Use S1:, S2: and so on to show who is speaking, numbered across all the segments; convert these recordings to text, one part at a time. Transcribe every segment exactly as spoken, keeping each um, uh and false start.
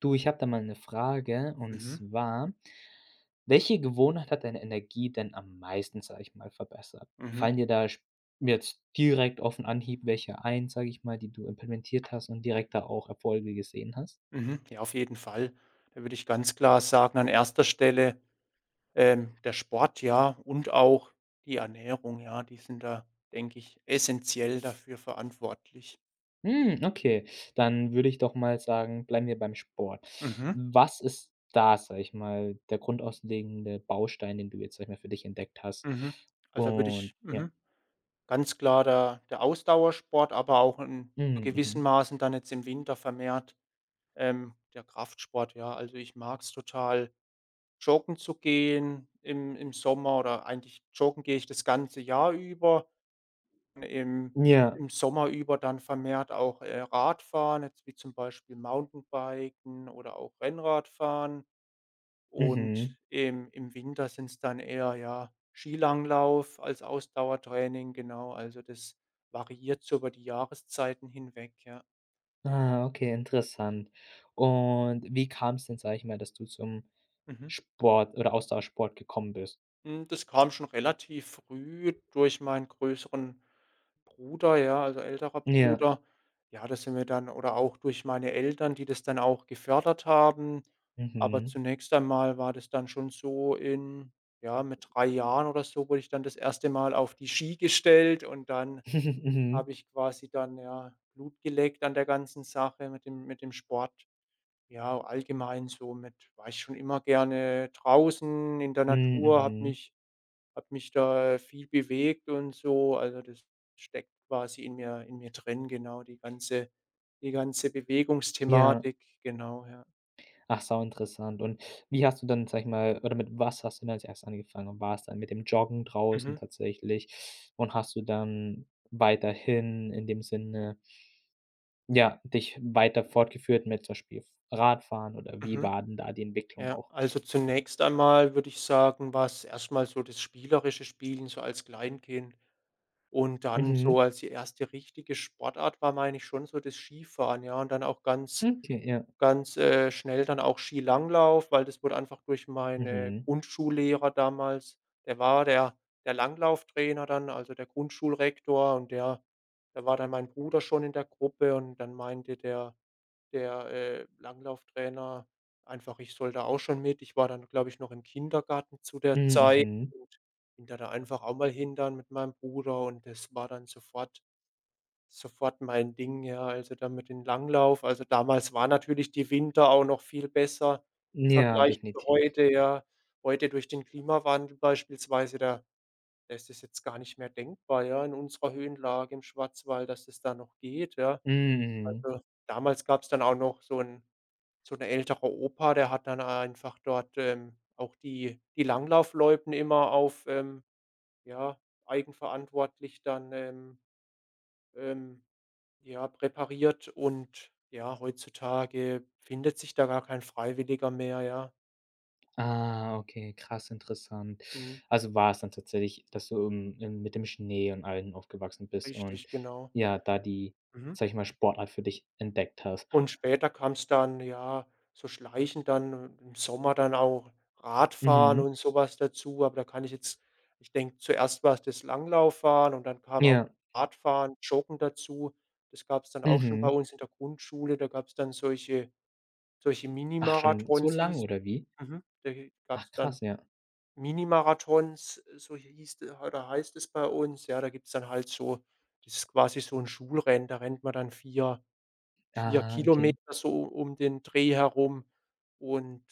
S1: Du, ich habe da mal eine Frage und
S2: Mhm,
S1: zwar: Welche Gewohnheit hat deine Energie denn am meisten, sage ich mal, verbessert?
S2: mhm,
S1: Fallen dir da sp jetzt direkt auf den Anhieb welche ein, sage ich mal, die du implementiert hast und direkt da auch Erfolge gesehen hast?
S2: mhm. Ja, auf jeden Fall. Da würde ich ganz klar sagen, an erster Stelle, ähm, der Sport, ja, und auch die Ernährung, ja, die sind da, denke ich, essentiell dafür verantwortlich.
S1: Hm, okay, dann würde ich doch mal sagen, bleiben wir beim Sport.
S2: Mhm,
S1: Was ist da, sage ich mal, der grundlegende Baustein, den du jetzt, sage ich mal, für dich entdeckt hast?
S2: mhm. Also, würde
S1: Und
S2: ich
S1: ja.
S2: mhm, ganz klar der der Ausdauersport, aber auch in
S1: Mhm,
S2: gewissen
S1: mhm.
S2: Maßen dann jetzt im Winter vermehrt, ähm, der Kraftsport, ja. Also, ich mag's total, joggen zu gehen im im Sommer oder eigentlich joggen gehe ich das ganze Jahr über. im
S1: Ja.
S2: im Sommer über dann vermehrt auch, äh, Radfahren, jetzt wie zum Beispiel Mountainbiken oder auch Rennradfahren.
S1: Mhm.
S2: Und im im Winter sind es dann eher, ja, Skilanglauf als Ausdauertraining, genau. Also, das variiert so über die Jahreszeiten hinweg, ja.
S1: Ah, okay, interessant. Und wie kam es denn, sage ich mal, dass du zum
S2: Mhm.
S1: Sport oder Ausdauersport gekommen bist?
S2: Hm, das kam schon relativ früh durch meinen größeren Bruder, ja, also älterer
S1: Ja.
S2: Bruder. Ja, das sind wir dann oder auch durch meine Eltern, die das dann auch gefördert haben. Aber
S1: Mhm.
S2: zunächst einmal war das dann schon so in ja, mit drei Jahren oder so wurde ich dann das erste Mal auf die Ski gestellt und dann
S1: Mhm.
S2: habe ich quasi dann, ja, Blut geleckt an der ganzen Sache mit dem mit dem Sport. Ja, allgemein so mit war ich schon immer gerne draußen in der
S1: Hm,
S2: Natur, habe
S1: mhm.
S2: mich hat mich da viel bewegt und so. Also, das steckt quasi in mir in mir drin, genau, die ganze die ganze
S1: Ja.
S2: Bewegungsthematik, genau, ja.
S1: Ach, sau interessant. Und wie hast du dann, sage ich mal oder mit was hast du dann als Erstes angefangen? War es dann mit dem Joggen draußen
S2: Mhm,
S1: tatsächlich? Und hast du dann weiterhin in dem Sinne, ja, dich weiter fortgeführt mit zum Beispiel Radfahren oder wie
S2: mhm.
S1: war denn da die Entwicklung
S2: Ja,
S1: auch?
S2: also, zunächst einmal würde ich sagen, war's erst mal so das spielerische Spielen, so als Kleinkind. Und dann so
S1: Mhm.
S2: als die erste richtige Sportart war, meine ich schon so das Skifahren, ja, und dann auch ganz
S1: Okay, ja.
S2: ganz, äh, schnell dann auch Skilanglauf, weil das wurde einfach durch meine
S1: Mhm.
S2: Grundschullehrer damals der war der der Langlauftrainer dann, also der Grundschulrektor und der da war dann mein Bruder schon in der Gruppe und dann meinte der der, äh, Langlauftrainer einfach, ich soll da auch schon mit. Ich war dann, glaube ich, noch im Kindergarten zu der
S1: Mhm,
S2: Zeit
S1: mhm.
S2: und bin da da einfach auch mal hin dann mit meinem Bruder und das war dann sofort Sofort mein Ding, ja, also da mit den Langlauf. Also, damals war natürlich die Winter auch noch viel besser im
S1: Ja,
S2: Vergleich zu
S1: definitiv.
S2: heute, ja. Heute durch den Klimawandel beispielsweise, da da ist es jetzt gar nicht mehr denkbar, ja, in unserer Höhenlage im Schwarzwald, dass es da noch geht, ja.
S1: Mhm, mhm.
S2: Also, damals gab es dann auch noch so ein so 'n älterer Opa, der hat dann einfach dort, ähm, auch die die Langlaufloipen immer auf, ähm, ja, eigenverantwortlich dann, ähm, ähm ja, präpariert und ja, heutzutage findet sich da gar kein Freiwilliger mehr, ja.
S1: Ah, okay, krass interessant.
S2: Mhm.
S1: Also war es dann tatsächlich, dass du im im mit dem Schnee und allem aufgewachsen bist und
S2: Richtig, genau.
S1: ja, da die,
S2: Mhm.
S1: sage ich mal, Sportart für dich entdeckt hast.
S2: Und später kam es dann, ja, so schleichend dann im Sommer dann auch Radfahren
S1: Mhm.
S2: und sowas dazu, aber da kann ich jetzt ich denke, zuerst war es das Langlauffahren und dann kam auch
S1: Ja.
S2: Radfahren, Joggen dazu. Das gab es dann auch schon bei
S1: Mhm.
S2: uns in der Grundschule. Da gab es dann solche solche
S1: Ach, schon so
S2: Mini-Marathons
S1: lang
S2: hieß.
S1: oder wie?
S2: Mhm. Da gab
S1: Ach
S2: es
S1: krass,
S2: dann
S1: ja.
S2: Mini-Marathons, äh, so hieß, äh, oder heißt es bei uns. Ja, da gibt's dann halt so, das ist quasi so ein Schulrennen, da rennt man dann vier, vier
S1: Ah,
S2: Kilometer
S1: okay.
S2: so um den Dreh herum und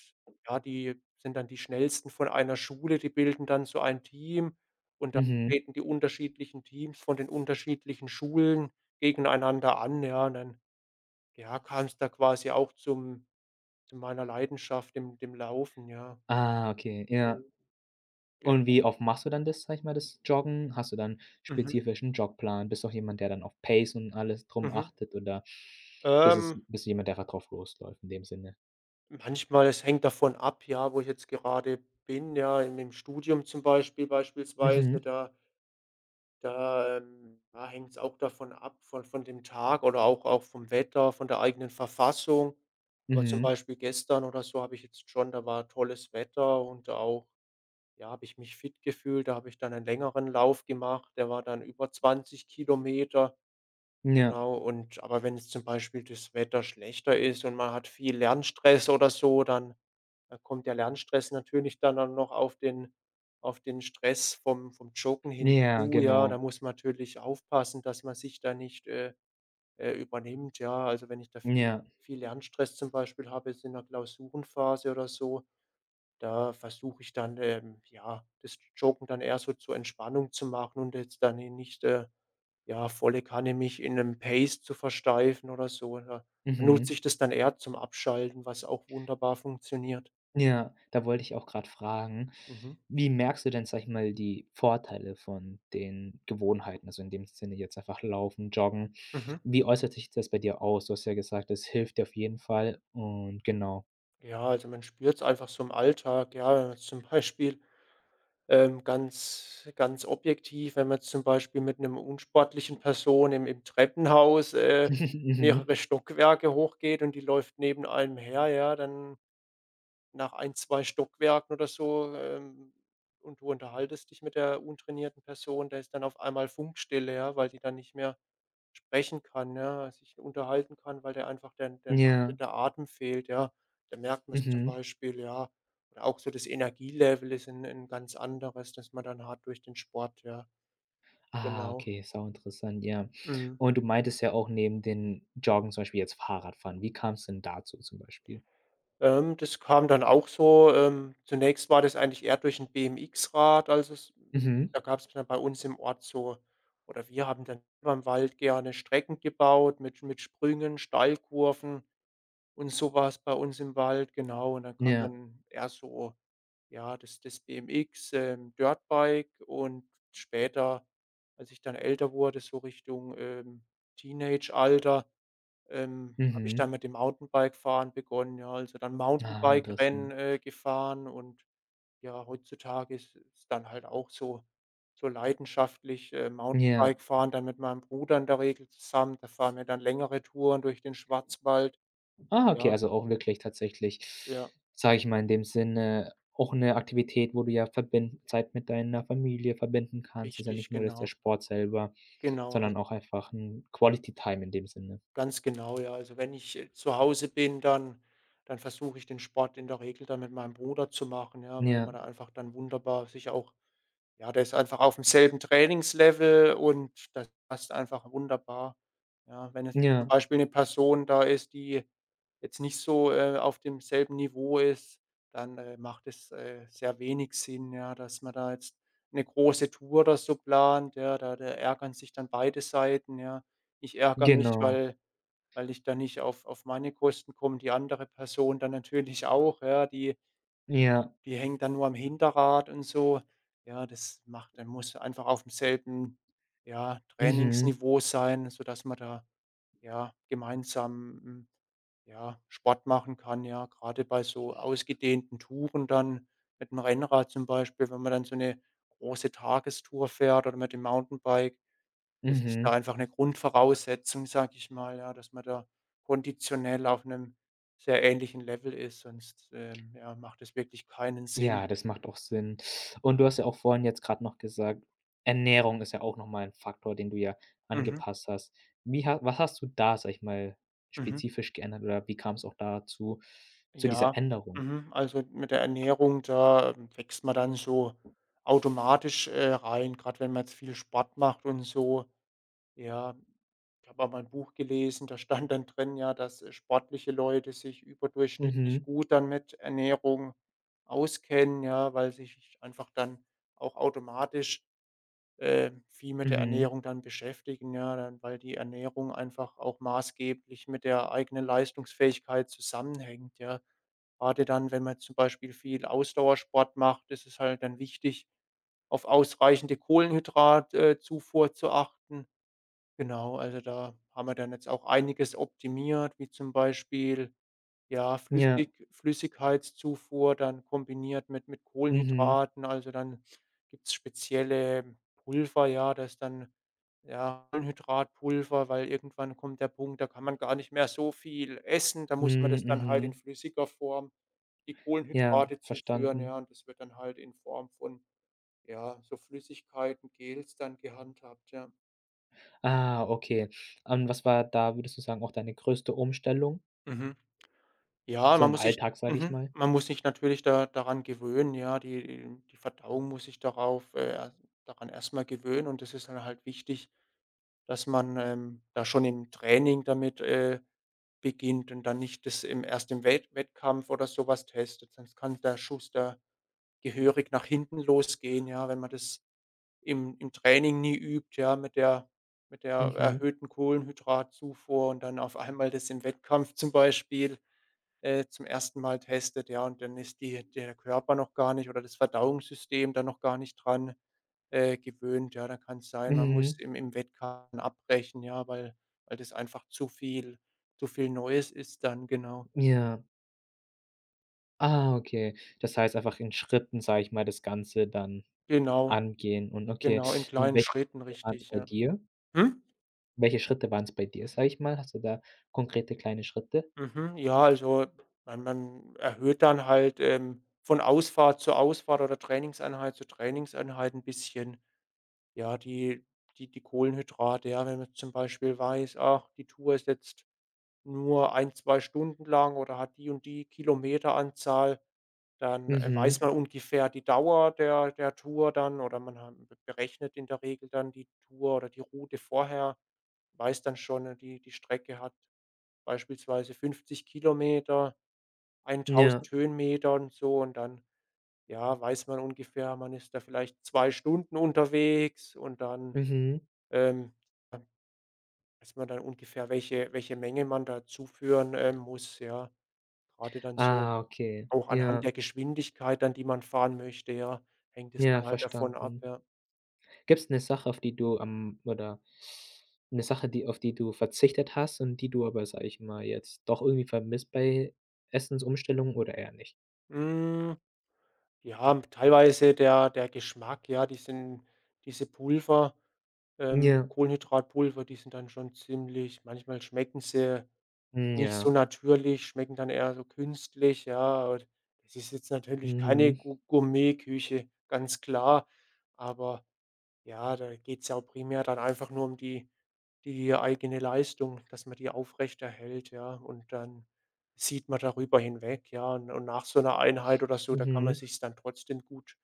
S2: ja, die sind dann die Schnellsten von einer Schule, die bilden dann so ein Team und da
S1: Mhm.
S2: treten die unterschiedlichen Teams von den unterschiedlichen Schulen gegeneinander an, ja, und dann, ja, kam's da quasi auch zum zu meiner Leidenschaft, dem dem Laufen, ja.
S1: Ah, okay, ja.
S2: Mhm. Genau.
S1: Und wie oft machst du dann das, sag ich mal, das Joggen? Hast du dann
S2: Mhm.
S1: spezifischen Jogplan? Bist du auch jemand, der dann auf Pace und alles drum
S2: Mhm.
S1: achtet oder bist es
S2: Ähm,
S1: bist du jemand, der einfach drauf losläuft in dem Sinne?
S2: manchmal, es hängt davon ab, ja, wo ich jetzt gerade bin, ja, in dem Studium zum Beispiel
S1: Mhm,
S2: beispielsweise, da da, ähm, da hängt's auch davon ab, von von dem Tag oder auch auch vom Wetter, von der eigenen Verfassung. Aber zum
S1: mhm.
S2: Beispiel gestern oder so habe ich jetzt schon, da war tolles Wetter und auch, ja, habe ich mich fit gefühlt. Da habe ich dann einen längeren Lauf gemacht, der war dann über zwanzig Kilometer.
S1: Ja,
S2: Genau, und aber wenn jetzt zum Beispiel das Wetter schlechter ist und man hat viel Lernstress oder so, dann dann kommt der Lernstress natürlich dann dann noch auf den auf den Stress vom vom Joggen
S1: ja,
S2: hinzu, ja. Da
S1: genau.
S2: muss man natürlich aufpassen, dass man sich da nicht, äh, äh, übernimmt, ja. Also, wenn ich da viel
S1: Ja,
S2: viel Lernstress zum Beispiel habe jetzt in der Klausurenphase oder so, da versuche ich dann, ähm, ja, das Joggen dann eher so zur Entspannung zu machen und jetzt dann nicht, äh ja, volle Kanne mich in 'nem Paste zu versteifen oder so, ja. Da nutze
S1: mhm.
S2: ich das dann eher zum Abschalten, was auch wunderbar funktioniert.
S1: Ja, da wollte ich auch gerade fragen,
S2: Mhm.
S1: wie merkst du denn, sag ich mal, die Vorteile von den Gewohnheiten, also in dem Sinne jetzt einfach Laufen, Joggen.
S2: Mhm.
S1: Wie äußert sich das bei dir aus? Du hast ja gesagt, es hilft dir auf jeden Fall und genau.
S2: Ja, also, man spürt's einfach so im Alltag, ja, zum Beispiel, ähm, ganz ganz objektiv, wenn man jetzt zum Beispiel mit 'nem unsportlichen Person im im Treppenhaus, äh,
S1: Mhm.
S2: mehrere Stockwerke hochgeht und die läuft neben einem her, ja, dann nach ein zwei Stockwerken oder so, ähm, und du unterhaltest dich mit der untrainierten Person, da ist dann auf einmal Funkstille, ja, weil die dann nicht mehr sprechen kann, ja, sich unterhalten kann, weil der einfach den den
S1: Ja,
S2: der Atem fehlt, ja. Da merkt man es zum
S1: mhm.
S2: Beispiel, ja. Oder auch so, das Energielevel ist ein 'n ganz anderes, das man dann hat durch den Sport, ja,
S1: Ah,
S2: genau.
S1: okay, sau interessant ja.
S2: Mhm.
S1: Und du meintest ja auch neben den Joggen zum Beispiel jetzt Fahrradfahren. Wie kam's denn dazu zum Beispiel?
S2: Ähm, das kam dann auch so, ähm zunächst war das eigentlich eher durch 'n B M X-Rad, also es
S1: Mhm.
S2: da gab's dann bei uns im Ort so, oder wir haben dann beim Wald gerne Strecken gebaut mit mit Sprüngen, Steilkurven und so was bei uns im Wald, genau. Und dann kam
S1: Ja.
S2: dann eher so, ja, das das B M X, ähm, Dirtbike und später, als ich dann älter wurde, so Richtung, ähm, Teenageralter, ähm, habe ich
S1: Mhm.
S2: dann mit dem Mountainbike fahren begonnen, ja, also dann
S1: Ah, interessant.
S2: Mountainbike-Rennen, äh, gefahren, und ja, heutzutage ist es dann halt auch so so leidenschaftlich, äh,
S1: Ja.
S2: Mountainbike fahren dann mit meinem Bruder in der Regel zusammen. Da fahren wir dann längere Touren durch den Schwarzwald.
S1: Ah, okay,
S2: Ja,
S1: also auch wirklich tatsächlich,
S2: ja,
S1: sage ich mal in dem Sinne, auch eine Aktivität, wo du ja verbind Zeit mit deiner Familie verbinden kannst. Ist ja nicht
S2: richtig,
S1: nur jetzt der
S2: genau.
S1: Sport selber,
S2: Genau, also
S1: sondern auch einfach ein Quality Time in dem Sinne.
S2: ganz genau, ja. Also, wenn ich, äh, zu Hause bin, dann dann versuche ich den Sport in der Regel dann mit meinem Bruder zu machen, ja, weil man
S1: Ja,
S2: da einfach dann wunderbar sich auch. Ja, der ist einfach aufm selben Trainingslevel und das passt einfach wunderbar. Ja, wenn jetzt zum
S1: ja,
S2: Beispiel 'ne Person da ist, die jetzt nicht so, äh, auf demselben Niveau ist, dann, äh, macht es, äh, sehr wenig Sinn, ja, dass man da jetzt 'ne große Tour oder so plant, ja. Da da ärgern sich dann beide Seiten, ja. Ich ärgere mich,
S1: genau.
S2: weil weil ich da nicht auf auf meine Kosten komme, die andere Person dann natürlich auch, ja, die
S1: Ja,
S2: die hängt dann nur am Hinterrad und so. Ja, das macht dann, musst du einfach aufm selben, ja,
S1: mhm,
S2: Trainingsniveau sein, sodass man da, ja, gemeinsam, hm, ja, Sport machen kann, ja. Gerade bei so ausgedehnten Touren dann mit dem Rennrad zum Beispiel, wenn man dann so eine große Tagestour fährt oder mit dem Mountainbike, das ist da
S1: mhm.
S2: einfach eine Grundvoraussetzung, sage ich mal, ja, dass man da konditionell auf einem sehr ähnlichen Level ist, sonst, ähm, ja, macht es wirklich keinen
S1: Ja,
S2: Sinn.
S1: das macht auch Sinn. Und du hast ja auch vorhin jetzt gerade noch gesagt, Ernährung ist ja auch nochmal ein Faktor, den du ja
S2: Mhm,
S1: angepasst hast. Wie ha was hast du da, sage ich mal,
S2: mhm.
S1: spezifisch geändert oder wie kam es auch dazu zu dieser
S2: Ja,
S1: Änderung?
S2: mhm, also mit der Ernährung, da, ähm, wächst man dann so automatisch, äh, rein, gerade wenn man jetzt viel Sport macht und so. Ja, ich habe auch mal ein Buch gelesen, da stand dann drin, ja, dass, äh, sportliche Leute sich überdurchschnittlich
S1: Mhm,
S2: gut dann mit Ernährung auskennen, ja, weil sich einfach dann auch automatisch, äh, viel mit der
S1: mhm,
S2: Ernährung dann beschäftigen, ja, dann weil die Ernährung einfach auch maßgeblich mit der eigenen Leistungsfähigkeit zusammenhängt, ja. Gerade dann, wenn man zum Beispiel viel Ausdauersport macht, ist es halt dann wichtig, auf ausreichende Kohlenhydratzufuhr zu achten. Genau, also da haben wir dann jetzt auch einiges optimiert, wie zum Beispiel, ja,
S1: ja,
S2: Flüssig Flüssigkeitszufuhr dann kombiniert mit mit
S1: mhm,
S2: Kohlenhydraten. Also, dann gibt's spezielle Pulver, ja, das ist dann, ja, Kohlenhydratpulver, weil irgendwann kommt der Punkt, da kann man gar nicht mehr so viel essen. Da muss man
S1: mhm,
S2: das dann halt in
S1: mhm.
S2: flüssiger Form die
S1: Ja,
S2: Kohlenhydrate zuführen, ja,
S1: verstanden.
S2: und das wird dann halt in Form von, ja, so Flüssigkeiten, Gels, dann gehandhabt, ja.
S1: Ah, okay. Und was war da, würdest du sagen, auch deine größte Umstellung?
S2: Mhm. Ja,
S1: So
S2: man
S1: im
S2: muss sich
S1: Alltag, sage ich
S2: mhm,
S1: mal.
S2: man muss sich natürlich da daran gewöhnen, ja. Die die Verdauung muss sich darauf äh, er daran erstmal gewöhnen und das ist dann halt wichtig, dass man, ähm, da schon im Training damit, äh, beginnt und dann nicht das im erst im Welt Wettkampf oder sowas testet, sonst kann der Schuss da gehörig nach hinten losgehen, ja, wenn man das im im Training nie übt, ja, mit der mit der
S1: Mhm,
S2: erhöhten Kohlenhydratzufuhr und dann auf einmal das im Wettkampf zum Beispiel, äh, zum ersten Mal testet, ja, und dann ist die der Körper noch gar nicht oder das Verdauungssystem dann noch gar nicht dran, äh, gewöhnt. Ja, dann kann es sein, man
S1: mhm,
S2: muss im im Wettkampf abbrechen, ja, weil weil das einfach zu viel zu viel Neues ist dann, genau.
S1: ja. Ah, okay. Das heißt einfach in Schritten, sage ich mal, das Ganze dann
S2: Genau,
S1: angehen und okay.
S2: genau, in
S1: Und
S2: kleinen
S1: welche
S2: Schritten,
S1: Schritte waren es
S2: richtig,
S1: bei
S2: ja.
S1: dir?
S2: Hm?
S1: Welche Schritte waren es bei dir, sage ich mal? Hast du da konkrete kleine Schritte?
S2: Mhm, ja, also, man man erhöht dann halt, ähm, von Ausfahrt zu Ausfahrt oder Trainingseinheit zu Trainingseinheit ein bisschen. Ja, die die die Kohlenhydrate, ja, wenn man jetzt zum Beispiel weiß, ach, die Tour ist jetzt nur ein zwei Stunden lang oder hat die und die Kilometeranzahl, dann, äh, weiß
S1: Mhm.
S2: man ungefähr die Dauer der der Tour dann oder man ha berechnet in der Regel dann die Tour oder die Route vorher, weiß dann schon, äh, die die Strecke hat beispielsweise fünfzig Kilometer,
S1: Ja.
S2: tausend Höhenmeter und so, und dann, ja, weiß man ungefähr, man ist da vielleicht zwei Stunden unterwegs und dann,
S1: Mhm.
S2: ähm, ja, weiß man dann ungefähr, welche welche Menge man da zuführen, ähm, muss, ja. Gerade dann so
S1: Ah, okay.
S2: auch anhand
S1: Ja.
S2: der Geschwindigkeit dann, die man fahren möchte, ja, hängt es
S1: Ja,
S2: dann halt davon ab,
S1: verstanden.
S2: ja.
S1: Gibt es eine Sache, auf die du am oder eine Sache, die auf die du verzichtet hast und die du aber, sage ich mal, jetzt doch irgendwie vermisst bei Essensumstellungen oder eher nicht?
S2: Hm, ja, teilweise der der Geschmack, ja, die sind, diese Pulver, ähm,
S1: Ja.
S2: Kohlenhydratpulver, die sind dann schon ziemlich, manchmal schmecken sie nicht
S1: Ja.
S2: so natürlich, schmecken dann eher so künstlich, ja. Und das ist jetzt natürlich keine
S1: Mhm.
S2: Gou Gourmetküche, ganz klar. Aber ja, da geht es ja auch primär dann einfach nur um die die eigene Leistung, dass man die aufrechterhält, ja. Und dann sieht man darüber hinweg, ja. Und und nach so einer Einheit oder so, da kann man
S1: Mhm.
S2: sich's dann trotzdem gut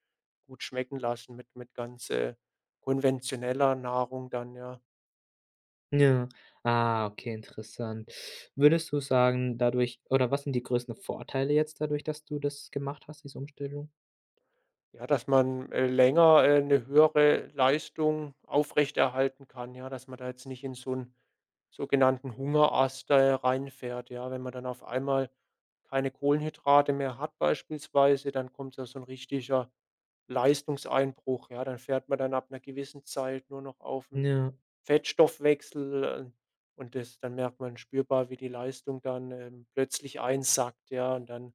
S2: gut schmecken lassen mit mit ganz, äh, konventioneller Nahrung dann, ja.
S1: Ja. Ah, okay, interessant. Würdest du sagen, dadurch oder was sind die größten Vorteile jetzt dadurch, dass du das gemacht hast, diese Umstellung?
S2: Ja, dass man, äh, länger, äh, 'ne höhere Leistung aufrechterhalten kann, ja, dass man da jetzt nicht in so einen sogenannten Hungerast, äh, reinfährt, ja. Wenn man dann auf einmal keine Kohlenhydrate mehr hat beispielsweise, dann kommt da so 'n richtiger Leistungseinbruch, ja. Dann fährt man dann ab einer gewissen Zeit nur noch auf 'n
S1: Ja.
S2: Fettstoffwechsel, äh, und das dann merkt man spürbar, wie die Leistung dann, ähm, plötzlich einsackt, ja, und dann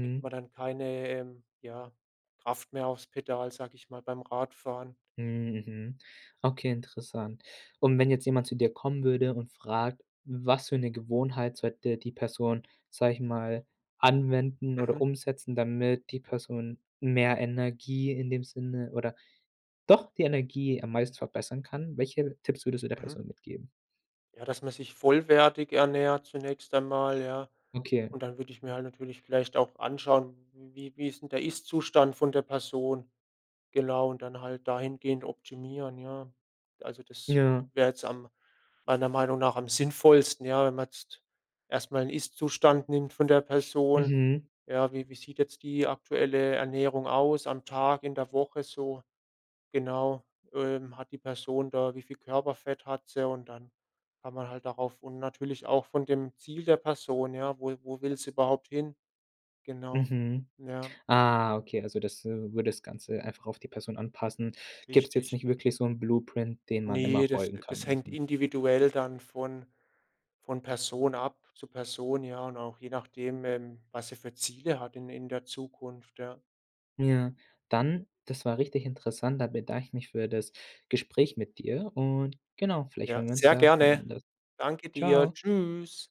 S2: kriegt man dann keine, ähm, ja, Kraft mehr aufs Pedal, sage ich mal, beim Radfahren.
S1: Mhm, mhm. Okay, interessant. Und wenn jetzt jemand zu dir kommen würde und fragt, was für eine Gewohnheit sollte die Person, sage ich mal, anwenden oder
S2: Mhm,
S1: umsetzen, damit die Person mehr Energie in dem Sinne oder doch die Energie am meisten verbessern kann, welche Tipps würdest du der
S2: mhm.
S1: Person mitgeben?
S2: Ja, dass man sich vollwertig ernährt zunächst einmal, ja.
S1: Okay.
S2: Und dann würde ich mir halt natürlich vielleicht auch anschauen, wie wie ist denn der Ist-Zustand von der Person, genau, und dann halt dahingehend optimieren, ja. Also, das
S1: Ja.
S2: wäre jetzt am meiner Meinung nach am sinnvollsten, ja, wenn man jetzt erst mal Ist-Zustand nimmt von der Person.
S1: Mhm.
S2: Ja, wie wie sieht jetzt die aktuelle Ernährung aus am Tag, in der Woche so, genau? Ähm, hat die Person da, wie viel Körperfett hat sie? Und dann kann man halt darauf und natürlich auch von dem Ziel der Person, ja, wo wo will sie überhaupt hin? Genau.
S1: Mhm.
S2: Ja,
S1: Ah, okay, also das, äh, würde das Ganze einfach auf die Person anpassen. Gibt es jetzt
S2: richtig.
S1: nicht wirklich so 'n Blueprint, den man immer
S2: nee das
S1: folgen
S2: das
S1: kann,
S2: hängt
S1: müssen.
S2: individuell dann von von Person ab zu Person, ja, und auch je nachdem, ähm, was sie für Ziele hat in in der Zukunft, ja.
S1: Ja, dann das war richtig interessant. Da bedanke ich mich für das Gespräch mit dir und genau, vielleicht
S2: Ja,
S1: hören wir uns
S2: sehr
S1: ja wann
S2: gerne.
S1: anders.
S2: Danke dir.
S1: Tschau.
S2: Tschüss.